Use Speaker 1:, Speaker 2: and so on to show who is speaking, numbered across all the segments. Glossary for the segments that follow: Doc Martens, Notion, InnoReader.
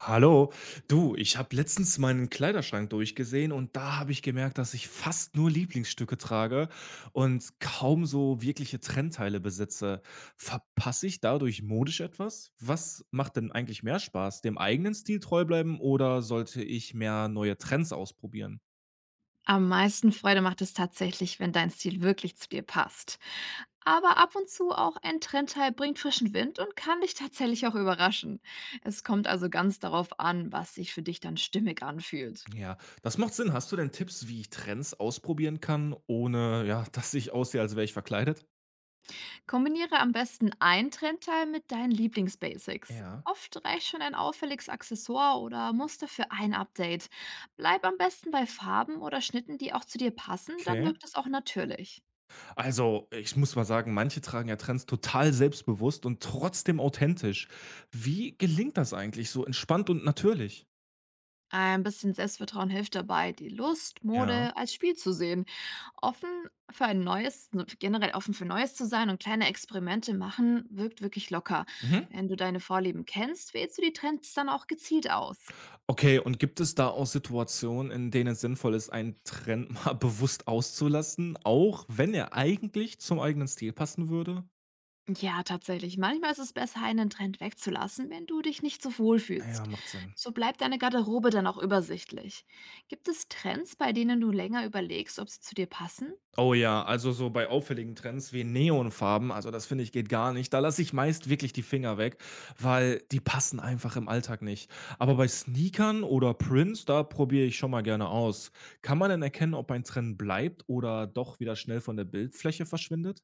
Speaker 1: Hallo, du, ich habe letztens meinen Kleiderschrank durchgesehen und da habe ich gemerkt, dass ich fast nur Lieblingsstücke trage und kaum so wirkliche Trendteile besitze. Verpasse ich dadurch modisch etwas? Was macht denn eigentlich mehr Spaß? Dem eigenen Stil treu bleiben oder sollte ich mehr neue Trends ausprobieren?
Speaker 2: Am meisten Freude macht es tatsächlich, wenn dein Stil wirklich zu dir passt. Aber ab und zu auch ein Trendteil bringt frischen Wind und kann dich tatsächlich auch überraschen. Es kommt also ganz darauf an, was sich für dich dann stimmig anfühlt.
Speaker 1: Ja, das macht Sinn. Hast du denn Tipps, wie ich Trends ausprobieren kann, ohne ja, dass ich aussehe, als wäre ich verkleidet?
Speaker 2: Kombiniere am besten ein Trendteil mit deinen Lieblingsbasics.
Speaker 1: Ja.
Speaker 2: Oft reicht schon ein auffälliges Accessoire oder Muster für ein Update. Bleib am besten bei Farben oder Schnitten, die auch zu dir passen, dann
Speaker 1: Okay.
Speaker 2: wirkt es auch natürlich.
Speaker 1: Also, ich muss mal sagen, manche tragen ja Trends total selbstbewusst und trotzdem authentisch. Wie gelingt das eigentlich so entspannt und natürlich?
Speaker 2: Ein bisschen Selbstvertrauen hilft dabei, die Lust,
Speaker 1: Ja.
Speaker 2: Mode als Spiel zu sehen. Offen für ein neues, generell offen für Neues zu sein und kleine Experimente machen, wirkt wirklich locker.
Speaker 1: Mhm.
Speaker 2: Wenn du deine Vorlieben kennst, wählst du die Trends dann auch gezielt aus.
Speaker 1: Okay, und gibt es da auch Situationen, in denen es sinnvoll ist, einen Trend mal bewusst auszulassen, auch wenn er eigentlich zum eigenen Stil passen würde?
Speaker 2: Ja, tatsächlich. Manchmal ist es besser, einen Trend wegzulassen, wenn du dich nicht so wohl
Speaker 1: Ja,
Speaker 2: fühlst.
Speaker 1: macht Sinn.
Speaker 2: So bleibt deine Garderobe dann auch übersichtlich. Gibt es Trends, bei denen du länger überlegst, ob sie zu dir passen?
Speaker 1: Oh ja, also so bei auffälligen Trends wie Neonfarben, also das finde ich geht gar nicht. Da lasse ich meist wirklich die Finger weg, weil die passen einfach im Alltag nicht. Aber bei Sneakern oder Prints, da probiere ich schon mal gerne aus. Kann man denn erkennen, ob ein Trend bleibt oder doch wieder schnell von der Bildfläche verschwindet?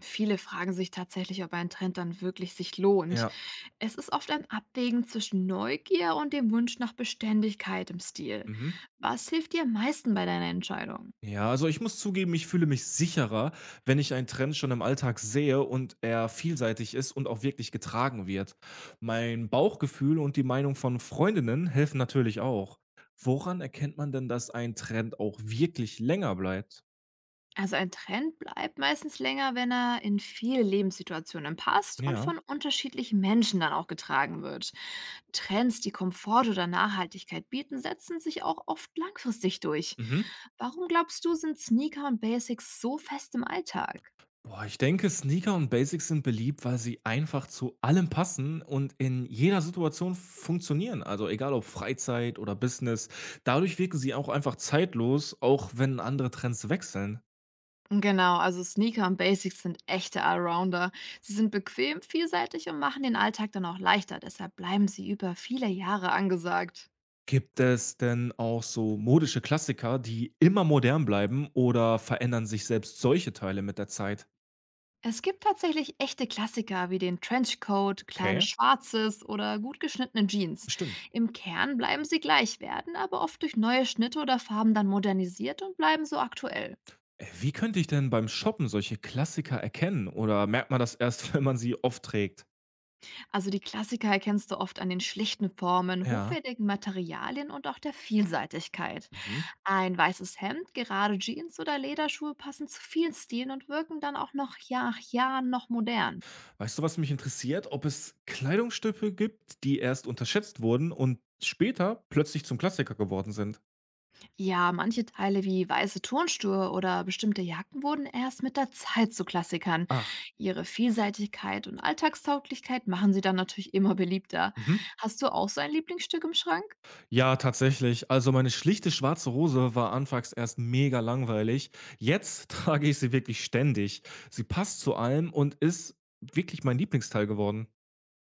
Speaker 2: Viele fragen sich tatsächlich, ob ein Trend dann wirklich sich lohnt.
Speaker 1: Ja.
Speaker 2: Es ist oft ein Abwägen zwischen Neugier und dem Wunsch nach Beständigkeit im Stil.
Speaker 1: Mhm.
Speaker 2: Was hilft dir am meisten bei deiner Entscheidung?
Speaker 1: Ja, also ich muss zugeben, ich fühle mich sicherer, wenn ich einen Trend schon im Alltag sehe und er vielseitig ist und auch wirklich getragen wird. Mein Bauchgefühl und die Meinung von Freundinnen helfen natürlich auch. Woran erkennt man denn, dass ein Trend auch wirklich länger bleibt?
Speaker 2: Also ein Trend bleibt meistens länger, wenn er in viele Lebenssituationen passt und
Speaker 1: Ja.
Speaker 2: von unterschiedlichen Menschen dann auch getragen wird. Trends, die Komfort oder Nachhaltigkeit bieten, setzen sich auch oft langfristig durch.
Speaker 1: Mhm.
Speaker 2: Warum glaubst du, sind Sneaker und Basics so fest im Alltag?
Speaker 1: Boah, ich denke, Sneaker und Basics sind beliebt, weil sie einfach zu allem passen und in jeder Situation funktionieren. Also egal ob Freizeit oder Business. Dadurch wirken sie auch einfach zeitlos, auch wenn andere Trends wechseln.
Speaker 2: Genau, also Sneaker und Basics sind echte Allrounder. Sie sind bequem, vielseitig und machen den Alltag dann auch leichter. Deshalb bleiben sie über viele Jahre angesagt.
Speaker 1: Gibt es denn auch so modische Klassiker, die immer modern bleiben oder verändern sich selbst solche Teile mit der Zeit?
Speaker 2: Es gibt tatsächlich echte Klassiker wie den Trenchcoat, kleine
Speaker 1: Okay,
Speaker 2: Schwarzes oder gut geschnittene Jeans.
Speaker 1: stimmt.
Speaker 2: Im Kern bleiben sie gleich, werden aber oft durch neue Schnitte oder Farben dann modernisiert und bleiben so aktuell.
Speaker 1: Wie könnte ich denn beim Shoppen solche Klassiker erkennen? Oder merkt man das erst, wenn man sie oft trägt?
Speaker 2: Also die Klassiker erkennst du oft an den schlichten Formen,
Speaker 1: Ja.
Speaker 2: hochwertigen Materialien und auch der Vielseitigkeit.
Speaker 1: Mhm.
Speaker 2: Ein weißes Hemd, gerade Jeans oder Lederschuhe passen zu vielen Stilen und wirken dann auch noch Jahr nach Jahren noch modern.
Speaker 1: Weißt du, was mich interessiert? Ob es Kleidungsstücke gibt, die erst unterschätzt wurden und später plötzlich zum Klassiker geworden sind?
Speaker 2: Ja, manche Teile wie weiße Turnschuhe oder bestimmte Jacken wurden erst mit der Zeit zu Klassikern.
Speaker 1: Ach.
Speaker 2: Ihre Vielseitigkeit und Alltagstauglichkeit machen sie dann natürlich immer beliebter.
Speaker 1: Mhm.
Speaker 2: Hast du auch so ein Lieblingsstück im Schrank?
Speaker 1: Ja, tatsächlich. Also meine schlichte schwarze Hose war anfangs erst mega langweilig. Jetzt trage ich sie wirklich ständig. Sie passt zu allem und ist wirklich mein Lieblingsteil geworden.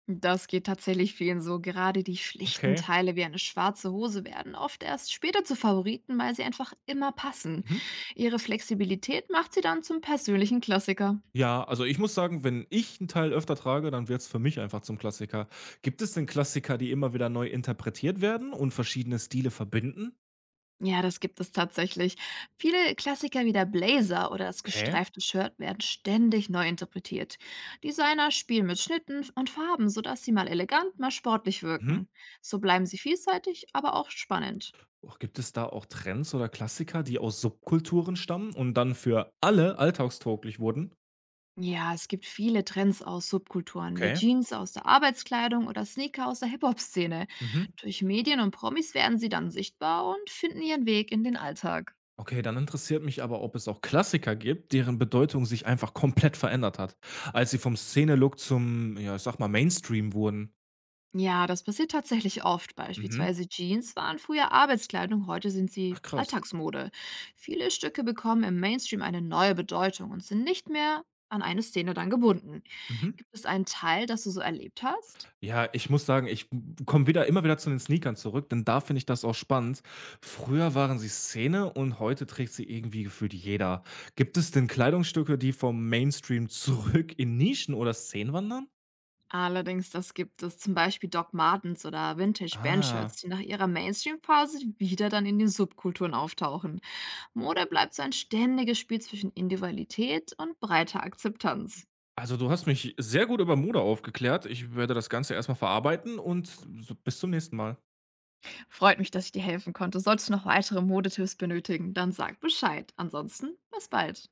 Speaker 2: Das geht tatsächlich vielen so. Gerade die schlichten
Speaker 1: Okay.
Speaker 2: Teile wie eine schwarze Hose werden oft erst später zu Favoriten, weil sie einfach immer passen.
Speaker 1: Mhm.
Speaker 2: Ihre Flexibilität macht sie dann zum persönlichen Klassiker.
Speaker 1: Ja, also ich muss sagen, wenn ich 'n Teil öfter trage, dann wird es für mich einfach zum Klassiker. Gibt es denn Klassiker, die immer wieder neu interpretiert werden und verschiedene Stile verbinden?
Speaker 2: Ja, das gibt es tatsächlich. Viele Klassiker wie der Blazer oder das
Speaker 1: Okay.
Speaker 2: gestreifte Shirt werden ständig neu interpretiert. Designer spielen mit Schnitten und Farben, sodass sie mal elegant, mal sportlich
Speaker 1: Mhm.
Speaker 2: wirken. So bleiben sie vielseitig, aber auch spannend.
Speaker 1: Och, gibt es da auch Trends oder Klassiker, die aus Subkulturen stammen und dann für alle alltagstauglich wurden?
Speaker 2: Ja, es gibt viele Trends aus Subkulturen, wie
Speaker 1: Okay.
Speaker 2: Jeans aus der Arbeitskleidung oder Sneaker aus der Hip-Hop-Szene.
Speaker 1: Mhm.
Speaker 2: Durch Medien und Promis werden sie dann sichtbar und finden ihren Weg in den Alltag.
Speaker 1: Okay, dann interessiert mich aber, ob es auch Klassiker gibt, deren Bedeutung sich einfach komplett verändert hat, als sie vom Szene-Look zum, ja, ich sag mal, Mainstream wurden.
Speaker 2: Ja, das passiert tatsächlich oft.
Speaker 1: Mhm.
Speaker 2: Beispielsweise Jeans waren früher Arbeitskleidung, heute sind sie
Speaker 1: Ach krass.
Speaker 2: Alltagsmode. Viele Stücke bekommen im Mainstream eine neue Bedeutung und sind nicht mehr an eine Szene dann gebunden.
Speaker 1: Mhm.
Speaker 2: Gibt es einen Teil, das du so erlebt hast?
Speaker 1: Ja, ich muss sagen, ich komme wieder immer wieder zu den Sneakern zurück, denn da finde ich das auch spannend. Früher waren sie Szene und heute trägt sie irgendwie gefühlt jeder. Gibt es denn Kleidungsstücke, die vom Mainstream zurück in Nischen oder Szenen wandern?
Speaker 2: Allerdings, das gibt es zum Beispiel Doc Martens oder
Speaker 1: Ah.
Speaker 2: Vintage-Bandshirts, die nach ihrer Mainstream-Phase wieder dann in den Subkulturen auftauchen. Mode bleibt so ein ständiges Spiel zwischen Individualität und breiter Akzeptanz.
Speaker 1: Also, du hast mich sehr gut über Mode aufgeklärt. Ich werde das Ganze erstmal verarbeiten und so bis zum nächsten Mal.
Speaker 2: Freut mich, dass ich dir helfen konnte. Solltest du noch weitere Modetipps benötigen, dann sag Bescheid. Ansonsten, bis bald.